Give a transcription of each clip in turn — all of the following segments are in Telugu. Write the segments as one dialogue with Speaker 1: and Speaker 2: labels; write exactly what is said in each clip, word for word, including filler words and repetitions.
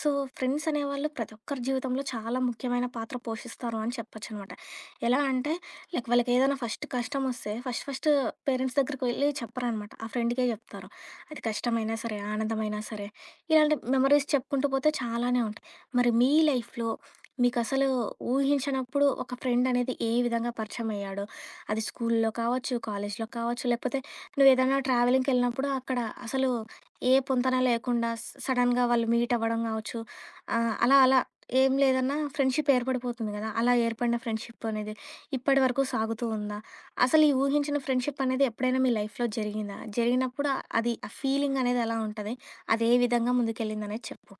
Speaker 1: సో, ఫ్రెండ్స్ అనేవాళ్ళు ప్రతి ఒక్కరి జీవితంలో చాలా ముఖ్యమైన పాత్ర పోషిస్తారు అని చెప్పొచ్చనమాట. ఎలా అంటే లైక్ వాళ్ళకేదైనా ఫస్ట్ కష్టమొస్తే ఫస్ట్ ఫస్ట్ పేరెంట్స్ దగ్గరికి వెళ్లి చెప్పరనమాట. ఆ ఫ్రెండ్‌కే చెప్తారు. అది కష్టమైనా సరే, ఆనందమైనా సరే, ఇలాంటి మెమరీస్ చెప్పుకుంటూ పోతే చాలానే ఉంటాయి. మరి మీ లైఫ్‌లో మీకసలు ఊహించనప్పుడు ఒక ఫ్రెండ్ అనేది ఏ విధంగా పరిచయమయ్యాడు? అది స్కూలులో కావచ్చు, కాలేజీలో కావచ్చు, లేకపోతే నువ్వేదైనా ట్రావెలింగ్‌కెళ్ళినప్పుడు అక్కడ అసలు ఏ పొంతన లేకుండా స్ సడెన్‌గా వాళ్ళు మీట్ అవ్వడం గావచ్చు. ఆహ్, అలా అలా ఏం లేదన్నా ఫ్రెండ్‌షిప్ ఏర్పడిపోతుంది గదా! అలా ఏర్పడిన ఫ్రెండ్‌షిప్ అనేది ఇప్పటి వరకు సాగుతూ ఉందా? అసలు ఈ ఊహించిన ఫ్రెండ్‌షిప్ అనేది ఎప్పుడైనా మీ లైఫ్‌లో జరిగిందా? జరిగినప్పుడు ఆ- అది ఆ ఫీలింగ్ అనేది ఎలా ఉంటది? అది ఏ విధంగా ముందుకెళ్ళిందనేది చెప్పు.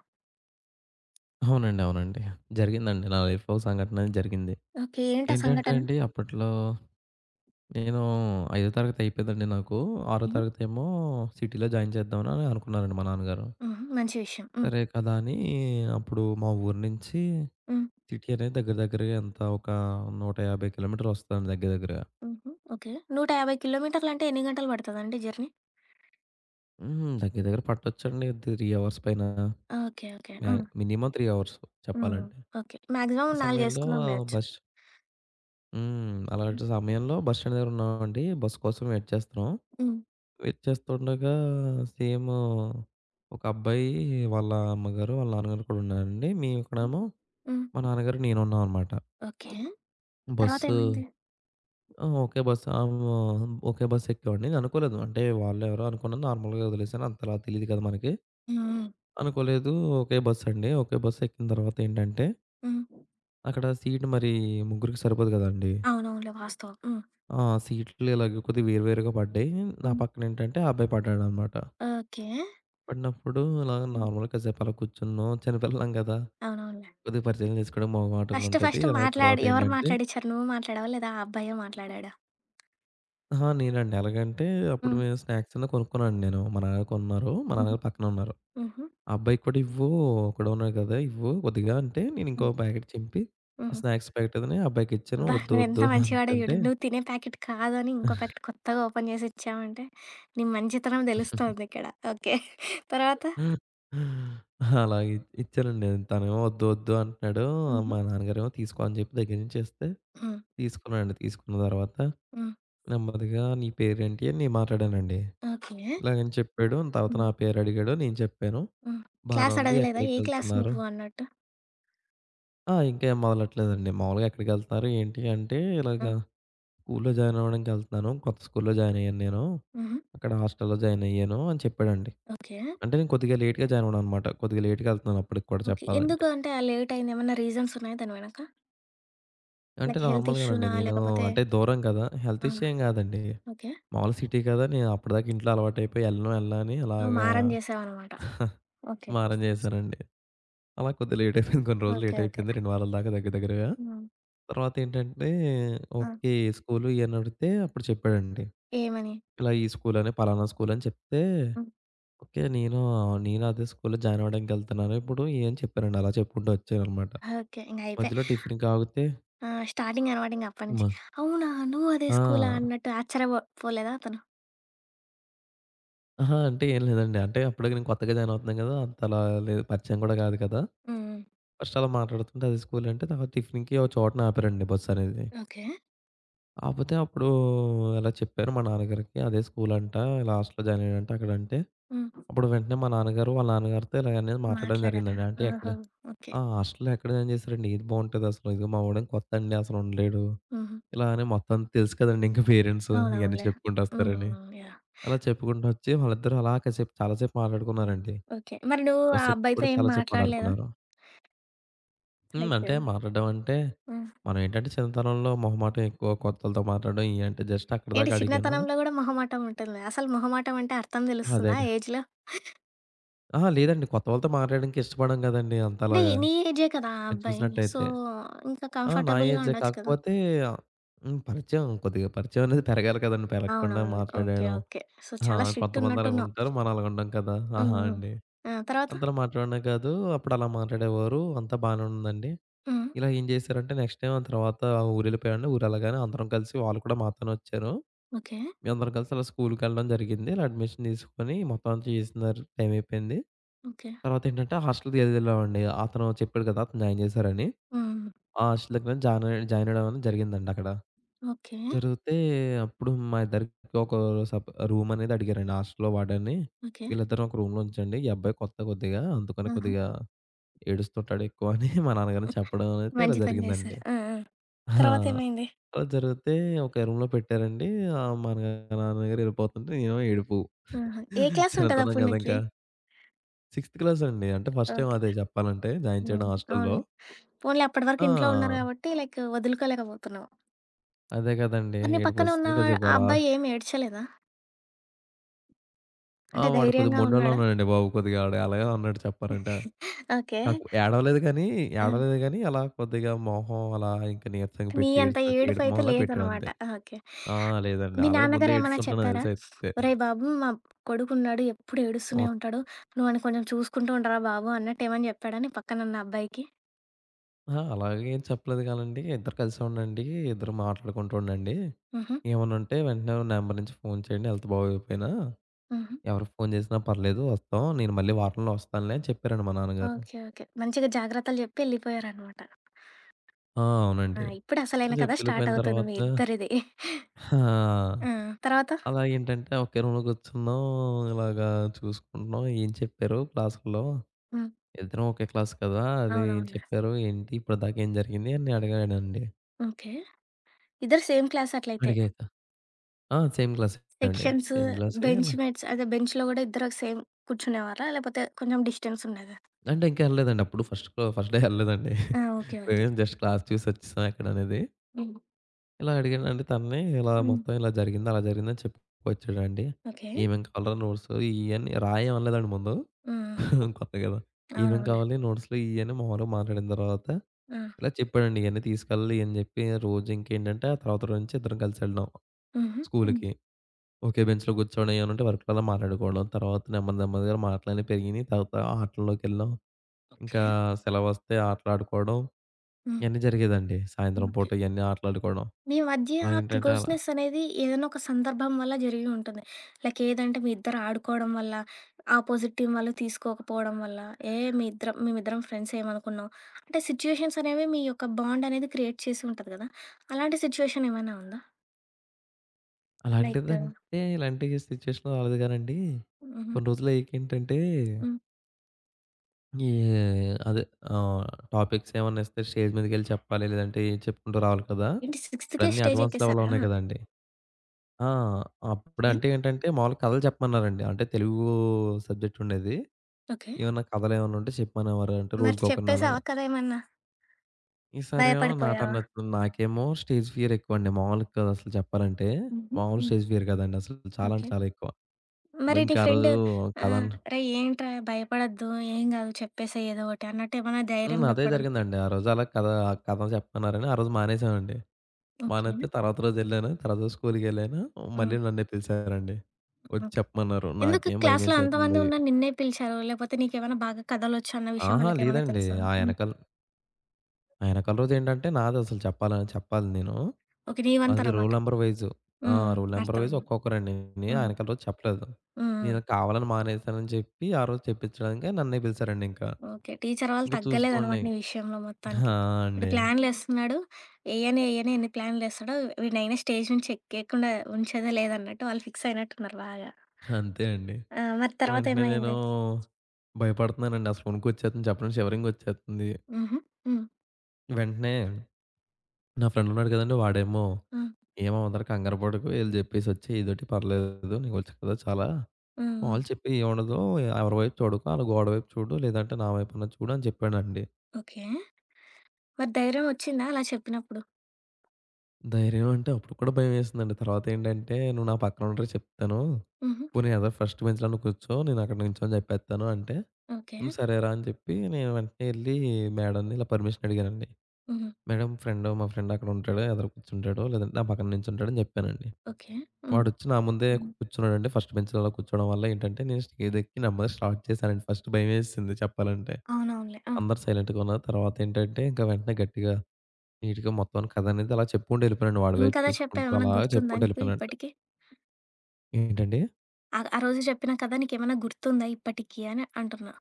Speaker 2: అవునండి. అవునండి. జరిగిందండి. నా లైఫ్‌లో ఒక సంఘటన అనేది జరిగింది.
Speaker 1: ఓకే. ఏంటా
Speaker 2: ఏంటంటే
Speaker 1: సంఘటన?
Speaker 2: అండి అప్పట్లో నేను ఐదో తరగతి అయిపోయిందండి నాకు. ఆరో
Speaker 1: హుహు.
Speaker 2: తరగతి ఏమో సిటీలో జాయిన్ చేద్దామని అనుకున్నారండి మా నాన్నగారు.
Speaker 1: హుహు. మంచి విషయం. హ్మ్.
Speaker 2: సరే కదా అని అప్పుడు మా ఊరు నుంచి
Speaker 1: హ్మ్.
Speaker 2: సిటీ అనేది దగ్గర దగ్గరగా ఎంత ఒక నూట యాభై కిలోమీటర్లు వస్తదండి దగ్గర దగ్గరగా.
Speaker 1: హుహు. ఓకే. నూట యాభై కిలోమీటర్లంటే ఎన్ని గంటలు పడతదండి జర్నీ?
Speaker 2: హ్మ్. దగ్గర దగ్గర పట్టొచ్చండి మూడు అవర్స్ పైన.
Speaker 1: ఓకే. ఓకే.
Speaker 2: మ్యా
Speaker 1: హ్మ్.
Speaker 2: మినిమమ్ మూడు అవర్స్
Speaker 1: హ్మ్.
Speaker 2: చెప్పాలంటే.
Speaker 1: ఓకే. మాక్సిమం
Speaker 2: ఆ
Speaker 1: నాలుగు
Speaker 2: సమయంలో
Speaker 1: ఏసుకుందాంలే ఒచ్చు.
Speaker 2: బస్ హ్మ్. అలాంటి సమయంలో బస్ స్టాండ్ దగ్గర ఉన్నామండి. బస్ కోసం వెయిట్ చేస్తున్నాం.
Speaker 1: హ్మ్.
Speaker 2: వెయిట్ చేస్తుండగా సేమ్ ఒక అబ్బాయి వాళ్ళ అమ్మగారు, వాళ్ళ నాన్నగారు కూడా ఉన్నారండి. మేము ఇక్కడేమో
Speaker 1: హ్మ్.
Speaker 2: మా నాన్నగారు, నేను ఉన్నాం అనమాట.
Speaker 1: ఓకే.
Speaker 2: బస్సు
Speaker 1: తర్వాతేమైంది?
Speaker 2: ఆ! ఒకే బస్సు ఆము ఒకే బస్సు ఎక్కామండి. అనుకోలేదు అంటే వాళ్ళెవరో అనుకున్నాను. నార్మల్‌గా వదిలేసాను. అంతలా తెలీదు కదా మనకి.
Speaker 1: హ్మ్. హ్మ్.
Speaker 2: అనుకోలేదు ఒకే బస్సు అండి. ఒకే బస్సు ఎక్కిన తర్వాత ఏంటంటే,
Speaker 1: హ్మ్.
Speaker 2: అక్కడ సీట్ మరి ముగ్గురికి సరిపోదు కదండీ!
Speaker 1: అవునవునులే వాస్తవం. హ్మ్.
Speaker 2: ఆ! సీట్లు ఇలాగ కొద్దిగా వేరు వేరుగా పడ్డాయి. నా
Speaker 1: హ్మ్.
Speaker 2: పక్కన ఏంటంటే ఆ అబ్బాయి పడ్డాడనమాట.
Speaker 1: ఓకే.
Speaker 2: పడినప్పుడు అలా
Speaker 1: హ్మ్.
Speaker 2: నార్మల్‌గా కాసేపు అలా కూర్చున్నాం. చిన్నపిల్లలం కదా!
Speaker 1: అవునవునులే.
Speaker 2: కొద్దిగా పరిచయం చేసుకోవడానికి మొహమాటంగా
Speaker 1: ఫస్ట్
Speaker 2: ఉంటది.
Speaker 1: ఫస్ట్
Speaker 2: అలా తర్వాత
Speaker 1: మాట్లాడి ఎవరు
Speaker 2: ఏంటంటే
Speaker 1: మాట్లాడిచ్చారు? నువ్వు మాట్లాడావా? లేదా ఆ అబ్బాయే మాట్లాడాడా?
Speaker 2: అహా! నేనండి. ఎలాగంటే అప్పుడు
Speaker 1: హ్మ్.
Speaker 2: మేము స్నాక్స్ అన్న కొనుక్కున్నానండి నేను. మా నాన్నగారు కొన్నారు. మా
Speaker 1: హుహు.
Speaker 2: నాన్నగారు పక్కనే ఉన్నారు.
Speaker 1: హుహు.
Speaker 2: "ఆ అబ్బాయికి కూడా ఇవ్వు ఒక్కడే ఉన్నాడు కదా! ఇవ్వు కొద్దిగా" అంటే నేను ఇంకో
Speaker 1: హ్మ్.
Speaker 2: ప్యాకెట్ చింపి ఆ
Speaker 1: హుహు.
Speaker 2: స్నాక్స్ ప్యాకెట్ అదిని ఆ అబ్బాయికి ఇచ్చాను.
Speaker 1: అబ్బా!
Speaker 2: "వద్దు
Speaker 1: నువ్వెంత
Speaker 2: వద్దు"
Speaker 1: మంచివాడివో చూడు. నువ్వు తినే ప్యాకెట్ కాదని ఇంకో ప్యాకెట్ కొత్తగా ఓపెన్ చేసి ఇచ్చావంటే నీ మంచితనం
Speaker 2: అంటుంటే
Speaker 1: తెలుస్తోందిక్కడ. ఓకే. తర్వాత?
Speaker 2: అలా ఇ ఇచ్చానండి. తనేమో "వద్దు వద్దు" అంటున్నాడు.
Speaker 1: హుహు.
Speaker 2: మా నాన్నగారేమో "తీసుకో" అని చెప్పి దగ్గర నుంచి ఇస్తే
Speaker 1: హ్మ్.
Speaker 2: తీసుకున్నానండి. తీసుకున్న తర్వాత
Speaker 1: హ్మ్.
Speaker 2: నెమ్మదిగా "నీ పేరేంటి" అని నేను మాట్లాడానండి.
Speaker 1: ఓకే.
Speaker 2: ఇలాగని చెప్పాడు. తర్వాత
Speaker 1: హ్మ్.
Speaker 2: నా పేరు అడిగాడు. నేను చెప్పాను.
Speaker 1: హ్మ్.
Speaker 2: బానే
Speaker 1: క్లాస్
Speaker 2: ఉంది.
Speaker 1: అడగలేదా? ఏ క్లాస్
Speaker 2: ఎక్కడికెళ్తున్నారు?
Speaker 1: నువ్వు అన్నట్టు?
Speaker 2: ఆ! ఇంకేం మొదలెట్టలేదండి. మామూలుగా ఎక్కడికెళ్తున్నారు ఏంటి అంటే, ఇలాగా
Speaker 1: హ్మ్.
Speaker 2: స్కూల్‌లో జాయిన్ అవ్వడానికెళ్తున్నాను. కొత్త స్కూల్‌లో జాయిన్ అయ్యాను నేను.
Speaker 1: హుహు.
Speaker 2: అక్కడ హాస్టల్‌లో జాయిన్ అయ్యాను అని చెప్పాడండి.
Speaker 1: ఓకే.
Speaker 2: అంటే నేను కొద్దిగా లేట్‌గా జాయిన్ అవ్వడం అనమాట. కొద్దిగా లేట్‌గా ఎళ్తున్నాను అప్పటికి కూడా
Speaker 1: ఓకే. ఎందుకు
Speaker 2: చెప్పాలంటే.
Speaker 1: అంటే ఆ లేట్ అయింది ఏమన్నా రీజన్స్ ఉన్నాయా దాని వెనక?
Speaker 2: అంటే
Speaker 1: లైక్ హెల్త్
Speaker 2: నార్మల్‌గానండి.
Speaker 1: ఇష్యూనా?
Speaker 2: నేను
Speaker 1: లేకపోతే
Speaker 2: అంటే దూరం కదా! హెల్త్
Speaker 1: ఆ!
Speaker 2: ఇష్యూ ఏం కాదండి.
Speaker 1: ఓకే.
Speaker 2: మామూలు సిటీ కదా! నేను అప్పటిదాకా ఇంట్లో అలవాటైపోయి ఎళ్ళను, ఎళ్ళను అని
Speaker 1: నువ్వు
Speaker 2: అలాగా
Speaker 1: మారం చేసావనమాట. ఓకే.
Speaker 2: మారం చేశానండి. అలా కొద్దిగా లేట్ అయిపోయింది. కొన్ని రోజులు
Speaker 1: ఓకే.
Speaker 2: Late
Speaker 1: okay.
Speaker 2: అయిపోయింది. రెండు వారాల దాకా దగ్గర దగ్గరగా.
Speaker 1: హ్మ్.
Speaker 2: తర్వాత ఏంటంటే
Speaker 1: ఆ!
Speaker 2: ఓకే. స్కూలు ఇయన్నీ అడిగితే అప్పుడు చెప్పాడండి.
Speaker 1: ఏమని?
Speaker 2: ఇలా ఈ స్కూలని, పలానా స్కూలని చెప్తే
Speaker 1: హ్మ్.
Speaker 2: ఓకే. నేను, నేను అదే స్కూల్‌లో జాయిన్ అవ్వడానికెళ్తున్నాను ఇప్పుడు అని చెప్పానండి. అలా చెప్పుకుంటూ వచ్చాననమాట.
Speaker 1: ఓకే. ఇంగయిపాయే.
Speaker 2: మధ్యలో టిఫిన్‌కి ఆగితే
Speaker 1: ఆ! స్టార్టింగ్ అనమాట ఇంక అప్పటి నుంచి.
Speaker 2: మ
Speaker 1: అవునా! నువ్వు అదే స్కూలా
Speaker 2: ఆ!
Speaker 1: అన్నట్టు ఆశ్చర్యపో పోలేదా అతను?
Speaker 2: అహా! అంటే ఏం లేదండి. అంటే అప్పుడే నేను కొత్తగా జాయిన్ అవుతున్నాను కదా! అంత అలా లేదు పరిచయం కూడా కాదు కదా!
Speaker 1: హ్మ్. హ్మ్.
Speaker 2: ఫస్ట్ అలా మాట్లాడుతుంటే అదే స్కూలంటే తర్వాత టిఫిన్‌కి ఒక చోటన ఆపారండి బస్సనేది.
Speaker 1: ఓకే.
Speaker 2: కాపోతే అప్పుడు ఇలా చెప్పారు మా నాన్నగారికి. అదే స్కూలంట ఇలా హాస్టల్‌లో జాయిన్ అయ్యాడంట అక్కడంటే.
Speaker 1: హ్మ్.
Speaker 2: అప్పుడు వెంటనే మా నాన్నగారు వాళ్ళ నాన్నగారితో ఇలాగ అనేది మాట్లాడడం
Speaker 1: మాట్లాడారా?
Speaker 2: జరిగిందండి. అంటే ఎక్కడ
Speaker 1: ఓహో! ఓకే.
Speaker 2: ఆ! హాస్టల్‌లో ఎక్కడ జాయిన్ చేశారండి? ఏది బావుంటదసలు? ఇదిగో మా వాడేమో కొత్తండి అసలు ఉండలేడు.
Speaker 1: హుహు.
Speaker 2: ఇలా అని మొత్తం అంతా తెలుసు కదండీ ఇంకా పేరెంట్స్ ఇయన్నీ
Speaker 1: అవునవునులే.
Speaker 2: చెప్పుకుంటొస్తారని.
Speaker 1: హ్మ్. యాహ్!
Speaker 2: అలా చెప్పుకుంటూ వచ్చి వాళ్ళిద్దరూ అలా కాసేపు చాలా సేపు మాట్లాడుకున్నారండి.
Speaker 1: ఓకే. మరి నువ్వు ఆ
Speaker 2: బస్సెక్కి
Speaker 1: అబ్బాయితో
Speaker 2: కూడా
Speaker 1: ఏం
Speaker 2: చాలా సేపు
Speaker 1: మాట్లాడలేదా?
Speaker 2: మాట్లాడుకున్నారు. హ్మ్.
Speaker 1: లైక్
Speaker 2: అంటే మాట్లాడడం అంటే
Speaker 1: హ్మ్.
Speaker 2: మనం ఏంటంటే చిన్నతనంలో మొహమాటం ఎక్కువ కొత్తోళ్ళతో మాట్లాడడం ఇయి అంటే జస్ట్
Speaker 1: ఏంటి
Speaker 2: అక్కడిదాకా అడిగాను.
Speaker 1: చిన్నతనంలో గూడా మొహమాటం ఉంటుంది. అసలు మొహమాటం అంటే అర్థం తెలుస్తుందా
Speaker 2: అదే
Speaker 1: ఆ ఏజ్‌లో?
Speaker 2: అహా! లేదండి. కొత్త వాళ్ళతో మాట్లాడడానికి ఇష్టపడం గదండీ
Speaker 1: అంటే
Speaker 2: అంతలాగా.
Speaker 1: నీ ఏజే కదా ఆ
Speaker 2: మీరు
Speaker 1: అబ్బాయి. సో,
Speaker 2: చూసినట్టయితే.
Speaker 1: ఇంకా
Speaker 2: ఆ! నా
Speaker 1: కంఫర్టబుల్‌గా
Speaker 2: ఏజే
Speaker 1: ఉండొచ్చు కదా!
Speaker 2: కాకపోతే హ్మ్. పరిచయం కొద్దిగా పరిచయం అనేది పెరగాలి కదండీ. పెరగకుండా
Speaker 1: అవునవును. ఓకే.
Speaker 2: మాట్లాడేయడం.
Speaker 1: ఓకే. సో,
Speaker 2: ఆ!
Speaker 1: చాలా స్ట్రిక్ట్
Speaker 2: కొంతమంది
Speaker 1: ఉన్నట్టున్నావు.
Speaker 2: అలాగుంటారు. మనం అలాగుండం కదా!
Speaker 1: హ్మ్.
Speaker 2: ఆహా!
Speaker 1: హ్మ్.
Speaker 2: అండి.
Speaker 1: ఆ! తర్వాత?
Speaker 2: అంతలా మాట్లాడడం కాదు. అప్పుడు అలా మాట్లాడేవారు. అంతా బానే ఉందండి.
Speaker 1: హ్మ్.
Speaker 2: ఇలా ఏం జేశారంటే నెక్స్ట్ టైమ్ ఆ తర్వాత ఊరెళ్ళిపోయామండి. ఊరెళ్ళగానే అందరం కలిసి వాళ్ళు కూడా మాతోనే వచ్చారు.
Speaker 1: ఓకే.
Speaker 2: మేమందరం కలిసి అలా స్కూల్‌కెళ్ళడం జరిగింది. ఇలా అడ్మిషన్ తీసుకొని మొత్తం అంతా చేసినారు. టైం అయిపోయింది.
Speaker 1: ఓకే.
Speaker 2: తర్వాతేంటంటే హాస్టల్‌కి ఎళ్ళామండి. అతను చెప్పాడు కదా! అతను జాయిన్ చేశారని.
Speaker 1: హ్మ్.
Speaker 2: ఆ హాస్టల్ దగ్గర జాయిన్ అయ్ జాయిన్ అవ్వడం అనేది జరిగిందండి అక్కడ.
Speaker 1: ఓకే.
Speaker 2: జరిగితే అప్పుడు మా ఇద్దరికి ఒక సప్ రూమ్ అనేది అడిగారండి హాస్టల్‌లో వార్డెన్ని.
Speaker 1: ఓకే.
Speaker 2: "వీళ్ళిద్దరిని ఒక రూమ్‌లో ఉంచండి. ఈ అబ్బాయి కొత్త కొద్దిగా అందుకని
Speaker 1: ఆహా!
Speaker 2: కొద్దిగా ఏడుస్తుంటాడు ఎక్కువ" అని మా నాన్నగారిని
Speaker 1: హ్మ్.
Speaker 2: చెప్పడం అయితే ఇలా
Speaker 1: మంచి పని చేశారు.
Speaker 2: జరిగిందండి.
Speaker 1: ఆ! ఆ!
Speaker 2: ఆ!
Speaker 1: తర్వాతేమైంది?
Speaker 2: అలా జరిగితే ఒక రూమ్‌లో పెట్టారండి. ఆహ్, మా నాన్న- నాన్నగారు వెళ్ళిపోతుంటే నేనేమో ఏడుపు.
Speaker 1: ఆహా! ఏ క్లాస్
Speaker 2: చిన్నతనం
Speaker 1: ఉంటదప్పుడు
Speaker 2: గదా!
Speaker 1: నీకి?
Speaker 2: ఇంకా. సిక్స్త్ క్లాస్ అండి. అంటే ఫస్ట్ టైమ్ అదే
Speaker 1: ఓకే.
Speaker 2: చెప్పాలంటే జాయిన్
Speaker 1: హ్మ్.
Speaker 2: చేయడం హాస్టల్‌లో.
Speaker 1: అవునులే. పోనీలే అప్పటి వరకు ఇంట్లో ఉన్నారు
Speaker 2: ఆ!
Speaker 1: గాబట్టి లైక్ వదులుకోలేకపోతున్నావు.
Speaker 2: అదే గదండీ!
Speaker 1: మరి నీ పక్కన ఉన్న
Speaker 2: ఏడుపొస్తుంది
Speaker 1: వా-
Speaker 2: కాసేపు
Speaker 1: ఆ
Speaker 2: అలా
Speaker 1: అబ్బాయి ఏమి ఏడ్చలేదా?
Speaker 2: ఆ!
Speaker 1: అంటే
Speaker 2: వాడు కొద్దిగా
Speaker 1: ధైర్యంగా
Speaker 2: మొండోలా
Speaker 1: ఉన్నాడా?
Speaker 2: ఉన్నాడండి బాబు. కొద్దిగా ఆడు అలాగే ఉన్నాడు చెప్పాలంటే.
Speaker 1: ఓకే.
Speaker 2: నాకు ఏడవలేదు గానీ,
Speaker 1: హ్మ్.
Speaker 2: ఏడవలేదు గానీ అలా కొద్దిగా మొహం అలా ఇంక నీరసంగా
Speaker 1: నీ
Speaker 2: పెట్టి
Speaker 1: అంత
Speaker 2: ఏడ్చినట్టు ఏడుపు
Speaker 1: ఏడుపైతే
Speaker 2: మొహంలా పెట్టాడు
Speaker 1: లేదనమాట.
Speaker 2: అంతే.
Speaker 1: ఓకే.
Speaker 2: ఆ! లేదండి.
Speaker 1: మీ
Speaker 2: ఆల్రెడీ ముందే
Speaker 1: నాన్నగారేమన్నా
Speaker 2: ఏడుస్తుంటాను
Speaker 1: చెప్పారా?
Speaker 2: తెలుసయితే.
Speaker 1: "ఒరేయ్ బాబు! మా కొడుకున్నాడు ఎప్పుడు ఏడుస్తూనే
Speaker 2: మొత్
Speaker 1: ఉంటాడు. నువ్వు వాడిని కొంచెం చూసుకుంటూ ఉండరా బాబు" అన్నట్టు ఏమన్నా చెప్పాడా నీ పక్కనున్న అబ్బాయికి?
Speaker 2: అహా! అలాగే ఏం చెప్పలేదు గానండి. ఇద్దరు కలిసే ఉండండి. ఇద్దరు మాట్లాడుకుంటూ ఉండండి.
Speaker 1: హుహు.
Speaker 2: ఏమన్నుంటే వెంటనే నెంబర్ నుంచి ఫోను చేయండి హెల్త్ బాగోకపోయినా
Speaker 1: హుహు.
Speaker 2: ఎవరు ఫోన్ చేసినా పర్లేదు వస్తాం. నేను మళ్ళీ వారంలో వస్తానులే అని చెప్పారండి మా నాన్నగారు.
Speaker 1: ఓకే. ఓకే. మంచిగా జాగ్రత్తలు చెప్పి ఎళ్ళిపోయారనమాట.
Speaker 2: ఆ!
Speaker 1: ఆ!
Speaker 2: అవునండి.
Speaker 1: ఇప్పుడు అసలైన
Speaker 2: అని
Speaker 1: కథ
Speaker 2: చెప్పి
Speaker 1: స్టార్ట్
Speaker 2: వెళ్ళిపోయిన
Speaker 1: అవుతుంది మీ
Speaker 2: తర్వాత
Speaker 1: ఇద్దరిది.
Speaker 2: ఆ!
Speaker 1: ఆ! తర్వాత?
Speaker 2: అలా ఏంటంటే ఒకే రూమ్‌లో కూర్చున్నాం. ఇలాగా చూసుకుంటున్నాం. ఏం చెప్పారు క్లాసుల్లో?
Speaker 1: హ్మ్.
Speaker 2: ఇద్దరం ఒకే క్లాస్ కదా! అది ఏం
Speaker 1: అవునవునులే.
Speaker 2: చెప్పారు? ఏంటి ఇప్పటిదాకా ఏం జరిగింది? అని అడిగాడండి.
Speaker 1: ఓకే. ఇద్దరు సేమ్ క్లాస్ అట్లయితే.
Speaker 2: అడిగాక ఆ! సేమ్ క్లాసే అండి.
Speaker 1: సెక్షన్స్,
Speaker 2: సేమ్ క్లాసే
Speaker 1: బెంచ్
Speaker 2: ఇలా
Speaker 1: మేట్స్ అదే బెంచ్‌లో గూడా ఇద్దరు సేమ్ కూర్చునేవారా? లేపోతే కొంచెం డిస్టెన్స్ ఉండేదా?
Speaker 2: అంటే ఇంకా ఎళ్ళలేదండి అప్పుడు ఫస్ట్ క్లా ఫస్ట్ డే ఎళ్ళలేదండి.
Speaker 1: ఆ! ఓకే. ఓకే.
Speaker 2: మేమేం జస్ట్ క్లాస్ చూసి వచ్చేసాం ఎక్కడనేది.
Speaker 1: హ్మ్.
Speaker 2: ఇలా అడిగానండి తనని. ఇలా
Speaker 1: హ్మ్.
Speaker 2: మొత్తం ఇలా జరిగింది, అలా జరిగిందని చెప్పుకొచ్చాడండి.
Speaker 1: ఓకే.
Speaker 2: ఏమేం కావాలిరా నోట్స్ ఇయన్నీ రాయి అనలేదండి ముందు.
Speaker 1: హ్మ్.
Speaker 2: కొత్త కదా! ఏమేం
Speaker 1: అవునవునులే.
Speaker 2: కావాలి నోట్స్‌లు ఇయని మామూలుగా మాట్లాడిన తర్వాత,
Speaker 1: ఆ!
Speaker 2: ఇలా చెప్పాడండి. ఇయన్నీ తీసుకెళ్ళాలి అని చెప్పి రోజు ఇంకేంటంటే ఆ తర్వాత రోజు నుంచి ఇద్దరం కలిసి వెళ్ళడం
Speaker 1: హుహు. హ్మ్.
Speaker 2: స్కూలుకి. ఒకే బెంచ్‌లో కూర్చోవడం ఏమన్నుంటే వర్క్‌లలో మాట్లాడుకోవడం. తర్వాత నెమ్మది నెమ్మదిగా మాటలన్నీ పెరిగినియి. తర్వాత ఆటల్లోకెళ్ళాం.
Speaker 1: ఓకే.
Speaker 2: ఇంకా సెలవొస్తే ఆటలాడుకోవడం.
Speaker 1: హ్మ్.
Speaker 2: ఇయన్నీ జరిగేదండి. సాయంత్రం పూట
Speaker 1: ఓకే.
Speaker 2: ఇయన్నీ ఆటలాడుకోవడం.
Speaker 1: మీ మధ్య
Speaker 2: అలా
Speaker 1: ఆ
Speaker 2: ఏంటంటే అలా
Speaker 1: క్లోజ్‌నెస్ అనేది ఏదైనా ఒక సందర్భం వల్ల జరిగి ఉంటుంది. లైక్ ఏదంటే మీ ఇద్దరు ఆడుకోవడం వల్ల, ఆపోజిట్ టీమ్ వాళ్ళు తీసుకోకపోవడం వల్ల, ఏ మీ ఇద్దరం మేమిద్దరం ఫ్రెండ్సే ఏమనుకున్నాం. అంటే సిట్యుయేషన్స్ అనేవి మీ యొక్క బాండ్ అనేది క్రియేట్ చేసి ఉంటది గదా! అలాంటి సిట్యుయేషన్ ఏమైనా ఉందా? లైక్
Speaker 2: అలాంటిదంటే ఇలాంటి సిచ్యుయేషన్ రాలేదు గానండి.
Speaker 1: హుహు.
Speaker 2: కొన్ని రోజులయ్యాకేంటంటే,
Speaker 1: హ్మ్.
Speaker 2: ఈ అదే ఆహ్, టాపిక్స్ ఏమన్నా ఇస్తే స్టేజ్ మీదకెళ్ళి చెప్పాలి, లేదంటే చెప్పుకుంటూ రావాలి కదా!
Speaker 1: ఏంటి ఆరుకే
Speaker 2: ఇప్పుడన్నీ అడ్వాన్స్ లెవెల్‌లో
Speaker 1: స్టేజెక్కేసారా?
Speaker 2: ఉన్నాయి కదండీ! ఆ! అప్పుడు
Speaker 1: ఓకే.
Speaker 2: అంటే ఏంటంటే, మామూలుగా కథలు చెప్పమన్నారండి. అంటే తెలుగు సబ్జెక్ట్ ఉండేది.
Speaker 1: ఓకే.
Speaker 2: ఏమన్నా కథలేమన్నా ఉంటే చెప్పమనేవారు. అంటే
Speaker 1: మరి
Speaker 2: రోజుకొకరిని
Speaker 1: చెప్పేసావా
Speaker 2: అలాగా.
Speaker 1: కదా ఏమన్నా?
Speaker 2: ఈసారేమో నా
Speaker 1: భయపడిపోయావా?
Speaker 2: టర్న్ వచ్చింది. నాకేమో స్టేజ్ ఫియర్ ఎక్కువండి. మామూలుగా కాదు అసలు చెప్పాలంటే.
Speaker 1: హుహు.
Speaker 2: మామూలు
Speaker 1: హ్మ్.
Speaker 2: స్టేజ్ ఫియర్ కాదండి అసలు. చాలా
Speaker 1: ఓకే.
Speaker 2: అంటే చాలా ఎక్కువ.
Speaker 1: మరి నీ
Speaker 2: ఇంక ఆ
Speaker 1: ఫ్రెండ్
Speaker 2: రోజు
Speaker 1: ఆహ్,
Speaker 2: కథన్
Speaker 1: "అరేయ్! ఏంట్రా భయపడొద్దు, ఏం గాదు చెప్పేసేయ్ ఏదో ఒకటి" అన్నట్టు ఏమన్నా
Speaker 2: హ్మ్.
Speaker 1: ధైర్యం
Speaker 2: అదే
Speaker 1: చెప్పడం
Speaker 2: జరిగిందండి. ఆ రోజు అలా కథ కథ చెప్పమన్నారని ఆ రోజు మానేసామండి.
Speaker 1: ఓకేనా?
Speaker 2: మానేత్తే తర్వాత రోజు ఎళ్ళాను. తర్వాత రోజు స్కూల్‌కెళ్ళాను.
Speaker 1: హ్మ్.
Speaker 2: మళ్ళీ నన్నే పిలిచారండి. వచ్చి
Speaker 1: హ్మ్.
Speaker 2: చెప్పమన్నారు.
Speaker 1: ఎందుకు
Speaker 2: నాకేం
Speaker 1: క్లాస్‌లో అంతమంది
Speaker 2: భయమేసేతుంది.
Speaker 1: ఉన్నా నిన్నే పిలిచారు? లేకపోతే నీకేమైనా బాగా కథలొచ్చు అన్న విషయం
Speaker 2: అహా!
Speaker 1: వాళ్ళకేమైనా
Speaker 2: లేదండి.
Speaker 1: తెలుసా?
Speaker 2: ఆ
Speaker 1: హ్మ్.
Speaker 2: ఎనకాల ఆ ఎనకాల రోజు ఏంటంటే నాదసలు చెప్పాల చెప్పాలి నేను.
Speaker 1: ఓకే. నీ
Speaker 2: అది
Speaker 1: వంతనమాట.
Speaker 2: Rule number wise. ఆ!
Speaker 1: హ్మ్.
Speaker 2: రూల్ నంబర్ వైస్
Speaker 1: అర్థమైంది.
Speaker 2: ఒక్కొక్కరండి. ఆ
Speaker 1: హుహు.
Speaker 2: ఎనకాల రోజు చెప్పలేదు.
Speaker 1: హ్మ్. హ్మ్.
Speaker 2: నేను కావాలని మానేసానని చెప్పి ఆ రోజు చెప్పించడానికి నన్నే పిలిచారండి ఇంకా.
Speaker 1: ఓకే. టీచరు వాళ్ళు
Speaker 2: ఇంక
Speaker 1: తగ్గలేదనమాట
Speaker 2: చూసుకోండి
Speaker 1: నీ విషయంలో మొత్తానికి.
Speaker 2: ఆ!
Speaker 1: ఇప్పుడు హ్మ్.
Speaker 2: అండి.
Speaker 1: ప్లాన్‌లేస్తున్నాడు. ఎయ్యనే ఎయ్యని ఎన్ని ప్లాన్‌లేస్తాడో వీడినైనా స్టేజ్ నుంచి ఎక్కేయకుండా ఉంచేదే లేదన్నట్టు వాళ్ళు ఫిక్స్ అయినట్టున్నారు బాగా.
Speaker 2: అంతే అండి.
Speaker 1: ఆ! మరి
Speaker 2: వెంటనే నేను
Speaker 1: తర్వాతేమైంది?
Speaker 2: భయపడుతున్నానండి. అసలు వణుకొచ్చేస్తుంది. చెప్పలేను షివరింగొచ్చేస్తుంది.
Speaker 1: హుహు. హ్మ్.
Speaker 2: వెంటనే నా ఫ్రెండ్ ఉన్నాడు కదండీ! వాడేమో
Speaker 1: హ్మ్.
Speaker 2: "ఏమవ్వదురా కంగారు పడకు ఎళ్లి జెప్పేసొచ్చేయి. ఇదోటి పర్లేదు నీకొచ్చు కదా చాలా.
Speaker 1: హ్మ్. హ్మ్.
Speaker 2: వాళ్ళు చెప్పేయి ఏముండదు. ఎవరి వైపు చూడకు. ఆళ్ళ గోడ వైపు చూడు. లేదంటే నా వైపన్నా చూడు" అని చెప్పాడండి.
Speaker 1: ఓకే. మరి ధైర్యం వచ్చిందా అలా చెప్పినప్పుడు?
Speaker 2: ధైర్యం అంటే అప్పుడు కూడా భయమేసిందండి. తర్వాతేంటంటే "నువ్వు నా పక్కన ఉండురా చెప్తాను.
Speaker 1: హుహు.
Speaker 2: పోనీ ఏదో ఫస్ట్ బెంచ్‌లో నువ్వు కూర్చో. నేనక్కడ నించొని జెప్పేత్తాను" అంటే,
Speaker 1: ఓకే.
Speaker 2: "హ్మ్. సరేరా" అని చెప్పి నేను వెంటనే ఎళ్లి మేడంని ఇలా పర్మిషన్ అడిగానండి.
Speaker 1: హుహు.
Speaker 2: మేడం ఫ్రెండ్ మా ఫ్రెండ్ అక్కడ ఉంటాడు. ఎదర కూర్చుంటాడు. లేదంటే నా పక్కన నించుంటాడని జెప్పానండి.
Speaker 1: ఓకే. హ్మ్.
Speaker 2: వాడొచ్చి నా ముందే
Speaker 1: హ్మ్.
Speaker 2: కూర్చున్నాడండి. ఫస్ట్ బెంచ్‌లో అలా కూర్చోవడం వల్ల ఏంటంటే, నేను స్టేజ్ ఎక్కి నెమ్మదిగా స్టార్ట్ చేశానండి. ఫస్ట్ భయమేసింది చెప్పాలంటే.
Speaker 1: అవునవునులే. ఆ!
Speaker 2: అందరూ సైలెంట్‌గా ఉన్నారు. తర్వాత ఏంటంటే, ఇంక వెంటనే గట్టిగా, నీట్‌గా మొత్తం కథ అనేది అలా చెప్పుకుంటూ యెళ్ళిపోయానండి. వాడి
Speaker 1: ఏం
Speaker 2: వైపు
Speaker 1: కథ చెప్పావు
Speaker 2: చూసుకుంటూ
Speaker 1: ఏమన్నా
Speaker 2: అలా
Speaker 1: గుర్తుందా
Speaker 2: చెప్పుకుంటూ
Speaker 1: నీకు
Speaker 2: యెళ్ళిపోయానంట.
Speaker 1: ఇప్పటికి?
Speaker 2: ఏంటండి?
Speaker 1: ఆ ఆ రోజు చెప్పిన కథ నీకేమన్నా గుర్తుందా ఇప్పటికి అని అంటున్నా?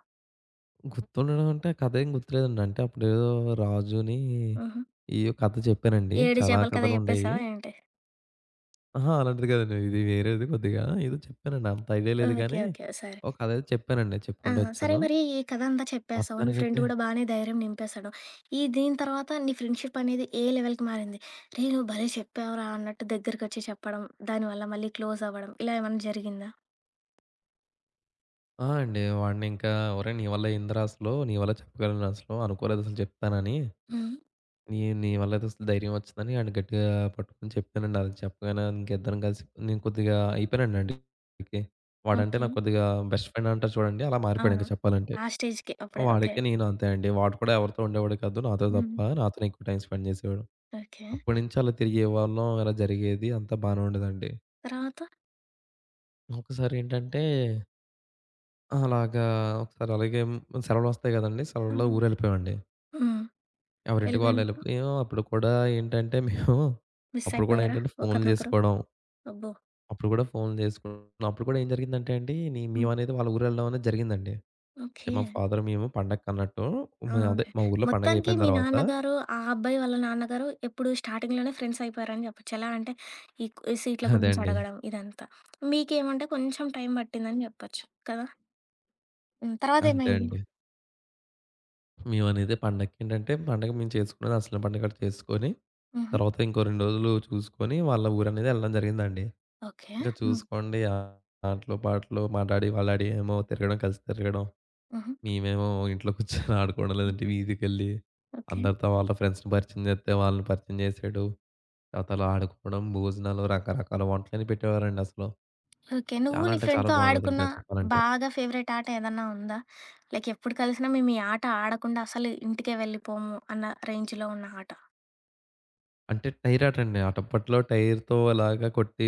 Speaker 2: గుర్తుండడం అంటే కథ ఏం గుర్తులేదండి. అంటే అప్పుడేదో రాజుని
Speaker 1: హుహు.
Speaker 2: ఏయో కథ చెప్పానండి.
Speaker 1: ఏడు
Speaker 2: చాలా
Speaker 1: చేపల కథ
Speaker 2: కథలుండేయి.
Speaker 1: చెప్పేసావా ఏంటి?
Speaker 2: అహా! అలాంటిది కాదండి. ఇది వేరేది కొద్దిగా. ఏదో చెప్పానండి. అంత ఐడియా లేదు
Speaker 1: ఓకే.
Speaker 2: కానీ,
Speaker 1: ఓకే. సరే.
Speaker 2: ఒక కథయితే చెప్పానండి.
Speaker 1: ఆ!
Speaker 2: చెప్పుకుంటూ
Speaker 1: సరే
Speaker 2: వచ్చాను.
Speaker 1: మరి ఈ కథ అంతా చెప్పేసావు. నీ ఫ్రెండ్
Speaker 2: మొత్తానికైతే
Speaker 1: గూడా బానే ధైర్యం నింపేసాడు. ఈ దీని తర్వాత నీ ఫ్రెండ్‌షిప్ అనేది ఏ లెవెల్‌కి మారింది? "రేయ్! నువ్వు భలే చెప్పావురా" అన్నట్టు దగ్గరికొచ్చి చెప్పడం, దానివల్ల మళ్ళీ క్లోజ్ అవ్వడం ఇలా ఏమన్నా జరిగిందా?
Speaker 2: ఆ! అండి. వాడిని ఇంకా "ఒరేయ్! నీ వల్ల అయిందిరా అసలు. నీ వల్ల చెప్పగలను అసలు. అనుకోలేదు అసలు చెప్తానని.
Speaker 1: హ్మ్.
Speaker 2: నీ నీ వల్ల అయితే అసలు ధైర్యం వచ్చిందని" వాడిని గట్టిగా పట్టుకొని చెప్పానండి. అది చెప్పగానే ఇంక ఇద్దరం కలిసి నేను కొద్దిగా అయిపోయానండి ఆడికి. వాడంటే
Speaker 1: ఓకే.
Speaker 2: నాకు కొద్దిగా బెస్ట్ ఫ్రెండ్ అంటారు చూడండి అలా మారిపోయాడు
Speaker 1: అవును.
Speaker 2: ఇంక చెప్పాలంటే.
Speaker 1: ఆ స్టేజ్‌కే అప్పుడే. ఓకే.
Speaker 2: వాడికి నేను అంతే అండి. వాడు కూడా ఎవరితో ఉండేవాడు కాదు. నాతో
Speaker 1: హ్మ్.
Speaker 2: తప్ప. నాతోనే ఎక్కువ టైమ్ స్పెండ్ చేసేవాడు.
Speaker 1: ఓకే.
Speaker 2: అప్పటినుంచి అలా తిరిగేవాళ్ళం. అలా జరిగేది. అంతా బానే ఉండేదండి.
Speaker 1: తర్వాత?
Speaker 2: ఒకసారి ఏంటంటే ఆ! అలాగా ఒకసారి అలాగే సెలవులొస్తాయి గదండీ! సెలవుల్లో
Speaker 1: హ్మ్.
Speaker 2: ఊరెళ్ళిపోయామండి.
Speaker 1: హ్మ్.
Speaker 2: ఎవరింటికి వాళ్ళు
Speaker 1: వెళ్ళిపోయినప్పుడు
Speaker 2: ఎళ్ళిపోయాం. అప్పుడు కూడా ఏంటంటే మేము
Speaker 1: మిస్
Speaker 2: అప్పుడు కూడా
Speaker 1: అయిపోయారా
Speaker 2: ఏంటంటే ఫోన్లు
Speaker 1: ఒకరినొకరు?
Speaker 2: జేసుకోవడం.
Speaker 1: అబ్బో!
Speaker 2: అప్పుడు కూడా ఫోన్లు జేసుకున్నాం. అప్పుడు కూడా ఏం జరిగిందంటే అండి నీ
Speaker 1: హ్మ్.
Speaker 2: మేమనేది వాళ్ళ ఊరెళ్ళడం అనేది జరిగిందండి. అంటే
Speaker 1: ఓకే.
Speaker 2: మా ఫాదర్ మేము పండగకన్నట్టు మే అదే
Speaker 1: అవునవునులే.
Speaker 2: మా ఊర్లో పండగ
Speaker 1: మొత్తానికి
Speaker 2: అయిపోయిన
Speaker 1: మీ
Speaker 2: తర్వాత
Speaker 1: నాన్నగారు, ఆ అబ్బాయి వాళ్ళ నాన్నగారు ఎప్పుడు స్టార్టింగ్‌లోనే ఫ్రెండ్స్ అయిపోయారని చెప్పొచ్చు. ఎలా అంటే, ఈ క్ సీట్ల
Speaker 2: అదే
Speaker 1: గురించి
Speaker 2: అండి.
Speaker 1: అడగడం ఇదంతా. మీకేమంటే కొంచెం టైం పట్టిందని చెప్పొచ్చు కదా! హ్మ్.
Speaker 2: అంతే
Speaker 1: తర్వాతేమైంది?
Speaker 2: అండి. మేమనేది పండగకేంటంటే పండగ మేము చేసుకునేది అసలు పండగ చేసుకొని
Speaker 1: హుహు.
Speaker 2: తర్వాత ఇంకో రెండు రోజులు చూసుకొని వాళ్ళ ఊరనేది వెళ్ళడం జరిగిందండి.
Speaker 1: ఓకే.
Speaker 2: ఇంక
Speaker 1: హ్మ్.
Speaker 2: చూసుకోండి ఆ ఆటలు, పాటలు, మా డాడీ, వాళ్ళ డాడీ ఏమో తిరగడం, కలిసి తిరగడం.
Speaker 1: హుహు.
Speaker 2: మేమేమో ఇంట్లో కూర్చొని ఆడుకోవడం,
Speaker 1: హ్మ్.
Speaker 2: లేదంటే వీధికెళ్ళి
Speaker 1: ఓకే.
Speaker 2: అందరితో వాళ్ళ ఫ్రెండ్స్‌ని పరిచయం చేస్తే వాళ్ళని పరిచయం చేసేయడం. తర్వాత అలా ఆడుకోవడం, భోజనాలు, రకరకాల వంటలని పెట్టేవారండి అసలు.
Speaker 1: ఓకే. నువ్వు
Speaker 2: చాలా
Speaker 1: నీ
Speaker 2: అంటే చాలా
Speaker 1: ఫ్రెండ్‌తో
Speaker 2: బాగుండేది
Speaker 1: ఆడుకున్న
Speaker 2: ఇంకా చెప్పాలంటే.
Speaker 1: బాగా ఫేవరెట్ ఆట ఏదన్నా ఉందా? లైక్ ఎప్పుడు కలిసినా మేము ఈ ఆట ఆడకుండా అసలు ఇంటికే వెళ్ళిపోము అన్న రేంజ్‌లో ఉన్న ఆట?
Speaker 2: అంటే టైర్ ఆట అండి. అప్పట్లో టైర్‌తో అలాగా కొట్టి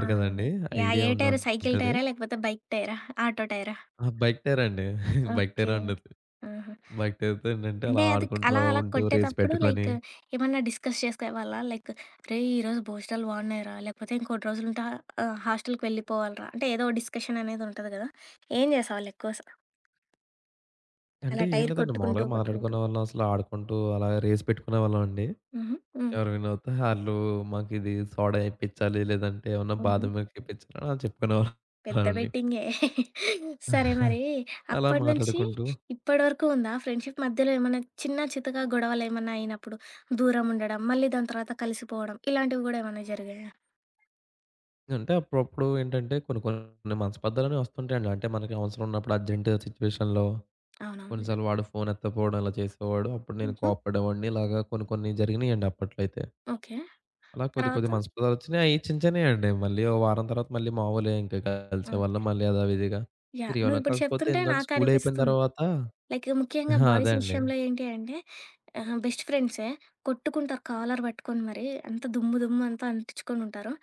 Speaker 1: ఆ!
Speaker 2: కదండీ!
Speaker 1: యాహ్!
Speaker 2: ఐడియా
Speaker 1: ఏ టైర్? సైకిల్
Speaker 2: ఉండుంటది.
Speaker 1: టైరా? లేకపోతే బైక్ టైరా? ఆటో టైరా?
Speaker 2: ఆ! బైక్ టైర్ అండి. Bike
Speaker 1: okay.
Speaker 2: టైరే ఉండేది.
Speaker 1: ఆహా!
Speaker 2: మాకైతే ఏంటంటే
Speaker 1: అంటే
Speaker 2: అలా
Speaker 1: అది
Speaker 2: ఆడుకుంటూ,
Speaker 1: అలా
Speaker 2: అలా
Speaker 1: అలా
Speaker 2: ఉంటూ రేస్
Speaker 1: కొట్టేతప్పుడు
Speaker 2: పెట్టుకొని
Speaker 1: లైక్ ఏమన్నా డిస్కస్ చేసేవాళ్ళా? లైక్ "రేయ్! ఈరోజు భోజనాలు బాగున్నాయిరా. లేకపోతే ఇంకోటి రోజులుంటే ఆహ్, హాస్టల్‌కి వెళ్ళిపోవాలిరా" అంటే ఏదో డిస్కషన్ అనేది ఉంటది కదా! ఏం చేసేవాళ్ళు ఎక్కువ స అలా
Speaker 2: అంటే ఏం
Speaker 1: టైర్
Speaker 2: లేదండి.
Speaker 1: కొట్టుకుంటూ,
Speaker 2: మామూలుగా
Speaker 1: కొట్టుకుంటూ?
Speaker 2: మాట్లాడుకునేవాళ్ళం. అసలు ఆడుకుంటూ అలా రేస్ పెట్టుకునేవాళ్ళం అండి.
Speaker 1: హుహు. హ్మ్.
Speaker 2: ఎవరు విన్ అవుతే ఆళ్ళు మాకిది సోడా ఇప్పించాలి, లేదంటే ఏమన్నా
Speaker 1: హుహు.
Speaker 2: బాదం మిల్క్ ఇప్పించాలి అలా
Speaker 1: పెద్ద
Speaker 2: చెప్పుకునేవాళ్ళమండి.
Speaker 1: బెట్టింగే. సరే మరి
Speaker 2: అలా
Speaker 1: అప్పటి నుంచి
Speaker 2: మాట్లాడుకుంటూ
Speaker 1: ఇప్పటి వరకు ఉందా ఫ్రెండ్‌షిప్? మధ్యలో ఏమన్నా చిన్న చితకా గొడవలేమన్నా అయినప్పుడు దూరం ఉండడం, మళ్ళీ దాని తర్వాత కలిసిపోవడం ఇలాంటివి గూడా ఏమన్నా జరిగాయా?
Speaker 2: అంటే అప్పుడప్పుడు ఏంటంటే కొన్ని కొన్ని మనస్పర్ధలనేవి వస్తుంటాయండి. అంటే మనకి అవసరం ఉన్నప్పుడు అర్జెంట్ సిట్యుయేషన్‌లో
Speaker 1: అవునవునులే.
Speaker 2: కొన్నిసార్లు వాడు ఫోన్ ఎత్తకపోవడం ఇలా చేసేవాడు. అప్పుడు నేను
Speaker 1: హ్మ్.
Speaker 2: కోప్పడేవాడిని. ఇలాగా కొన్ని కొన్ని జరిగినాయండి అప్పట్లో అయితే.
Speaker 1: ఓకే.
Speaker 2: అలా కొద్ది
Speaker 1: తర్వాత?
Speaker 2: కొద్ది మనస్పర్ధలొచ్చినియి. అయి చిన్న చిన్నయండి. మళ్ళీ ఓ వారం తర్వాత మళ్ళీ మామూలే ఇంక
Speaker 1: హ్మ్.
Speaker 2: కలిసేవాళ్ళం. మళ్ళీ యధావిధిగా
Speaker 1: యాహ్!
Speaker 2: తిరిగేవాళ్ళం.
Speaker 1: నువ్విప్పుడు
Speaker 2: కాకపోతే
Speaker 1: చెప్తుంటే
Speaker 2: ఏందంటే స్కూలయిపోయిన
Speaker 1: నాకనిపిస్తుంది.
Speaker 2: తర్వాత
Speaker 1: లైక్ ముఖ్యంగా
Speaker 2: అహా! అదే
Speaker 1: బాయ్స్
Speaker 2: అండి.
Speaker 1: విషయంలో ఏంటి అంటే ఆహ్, బెస్ట్ ఫ్రెండ్సే. కొట్టుకుంటారు కాలర్ పట్టుకొని మరి. అంత దుమ్ము దుమ్ము అంతా అంటించుకొనుంటారు.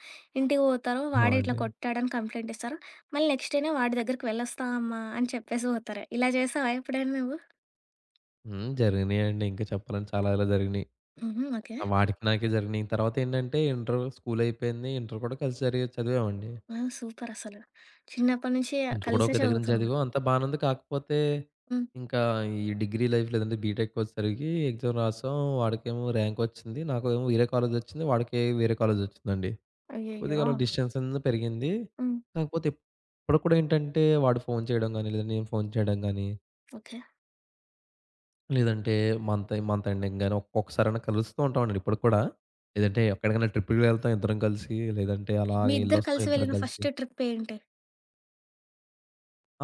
Speaker 1: ఇంటికి పోతారు. వాడే ఇట్లా
Speaker 2: అవునండి.
Speaker 1: కొట్టాడని కంప్లెయింట్ ఇస్తారు. మళ్ళీ నెక్స్ట్ డేనే వాడి దగ్గరికి వెళ్ళొస్తా అమ్మా అని చెప్పేసి పోతారు. ఇలా చేసావా ఎప్పుడైనా నువ్వు?
Speaker 2: హ్మ్. జరిగినియండి. ఇంకా చెప్పాలంటే చాలా ఇలా జరిగినియి.
Speaker 1: హుహు. ఓకే.
Speaker 2: ఆ వాడికి నాకే జరిగినియి. తర్వాతేంటంటే ఇంటర్ స్కూలయిపోయింది. ఇంటర్ కూడా కలిసి జరిగే చదివామండి.
Speaker 1: ఆ! సూపర్ అసలు. చిన్నప్పటి నుంచి
Speaker 2: ఇంటర్ కూడా
Speaker 1: కలిసే
Speaker 2: ఒకే దగ్గర నుంచి
Speaker 1: చదువుతున్నారు.
Speaker 2: చదివాం. అంతా బానే ఉంది. కాకపోతే
Speaker 1: హ్మ్.
Speaker 2: ఇంకా ఈ డిగ్రీ లైఫ్ లేదంటే బీటెక్‌కొచ్చేసరికి ఎగ్జామ్ రాసాం. వాడికేమో ర్యాంకొచ్చింది. నాకేమో వేరే కాలేజొచ్చింది. వాడికి వేరే కాలేజొచ్చిందండి. కొద్దిగా
Speaker 1: అయ్యయ్యో!
Speaker 2: అలా డిస్టెన్స్ అనేది పెరిగింది.
Speaker 1: హ్మ్.
Speaker 2: కాకపోతే ఇప్పటికి కూడా ఏంటంటే వాడు ఫోను చేయడం గాని, లేదంటే నేను ఫోను చేయడం గాని,
Speaker 1: ఓకే.
Speaker 2: లేదంటే మంత్ మంత్ ఎండింగ్ గాని ఒక్కొక్కసారైనా కలుస్తూ ఉంటామండి ఇప్పటికి కూడా. లేదంటే ఎక్కడికైనా ట్రిప్‌కి వెళ్తాం ఇద్దరం కలిసి, లేదంటే
Speaker 1: మీ
Speaker 2: అలాగే
Speaker 1: ఇద్దరు
Speaker 2: ఎళ్ళొస్తాం
Speaker 1: కలిసి
Speaker 2: ఇద్దరం
Speaker 1: వెళ్ళిన
Speaker 2: కలిసి.
Speaker 1: ఫస్ట్ ట్రిప్ ఏంటి?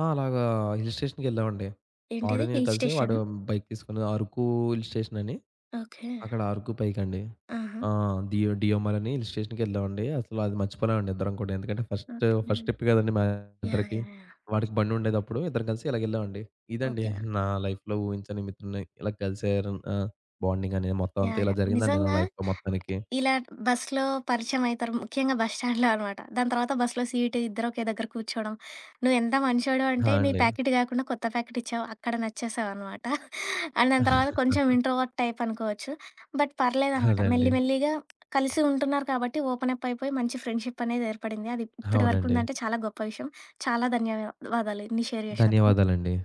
Speaker 2: ఆ! అలాగా హిల్ స్టేషన్‌కెళ్ళామండి. వాడు
Speaker 1: ఏంటిది?
Speaker 2: నేను
Speaker 1: హిల్
Speaker 2: కలిసి వాడు
Speaker 1: స్టేషనా?
Speaker 2: బైక్ తీసుకొని అరకు హిల్ స్టేషన్ అని
Speaker 1: ఓకే.
Speaker 2: అక్కడ అరకు పైకండి.
Speaker 1: ఆహా!
Speaker 2: ఆ! డియో డియోమలని హిల్ స్టేషన్‌కెళ్ళామండి. అసలు అది మర్చిపోలేమండి ఇద్దరం కూడా. ఎందుకంటే ఫస్ట్,
Speaker 1: ఓకే.
Speaker 2: ఫస్ట్ ట్రిప్ కదండీ మా
Speaker 1: యాహ్!
Speaker 2: ఇద్దరికి.
Speaker 1: యాహ్! యాహ్!
Speaker 2: వాడికి బండుండేదప్పుడు ఇద్దరం కలిసి ఇలాగెళ్ళామండి. ఇదండి
Speaker 1: ఓకే.
Speaker 2: నా లైఫ్‌లో ఊహించని మిత్రుడిని ఇలా కలిసారు ఆహ్, బాండింగ్ అనేది మొత్తం అంతా
Speaker 1: యాహ్!
Speaker 2: ఇలా
Speaker 1: యాహ్!
Speaker 2: జరిగిందండి నా
Speaker 1: నిజంగా
Speaker 2: లైఫ్‌లో మొత్తానికి.
Speaker 1: ఇలా బస్‌లో పరిచయం అయితారు. ముఖ్యంగా బస్ స్టాండ్‌లో అనమాట. దాని తర్వాత బస్‌లో సీటు ఇద్దరు ఒకే దగ్గర కూర్చోవడం. నువ్వెంత మంచోడివి అంటే
Speaker 2: ఆ!
Speaker 1: నీ
Speaker 2: అండి.
Speaker 1: ప్యాకెట్ కాకుండా కొత్త ప్యాకెట్ ఇచ్చావు. అక్కడ నచ్చేసావనమాట. అండ్ దాని తర్వాత కొంచెం ఇంట్రోవర్ట్ టైప్ అనుకోవచ్చు. బట్ పర్లేదనమాట.
Speaker 2: అదే
Speaker 1: మెల్లి
Speaker 2: అండి.
Speaker 1: మెల్లిగా కలిసి ఉంటున్నారు కాబట్టి ఓపెన్ అప్ అయిపోయి మంచి ఫ్రెండ్‌షిప్ అనేది ఏర్పడింది. అది ఇప్పటి వరకు
Speaker 2: అవునండి.
Speaker 1: ఉందంటే చాలా గొప్ప విషయం. చాలా ధన్యవాదాలు ఇన్ని షేర్ చేసినందుకు.
Speaker 2: ధన్యవాదాలండి.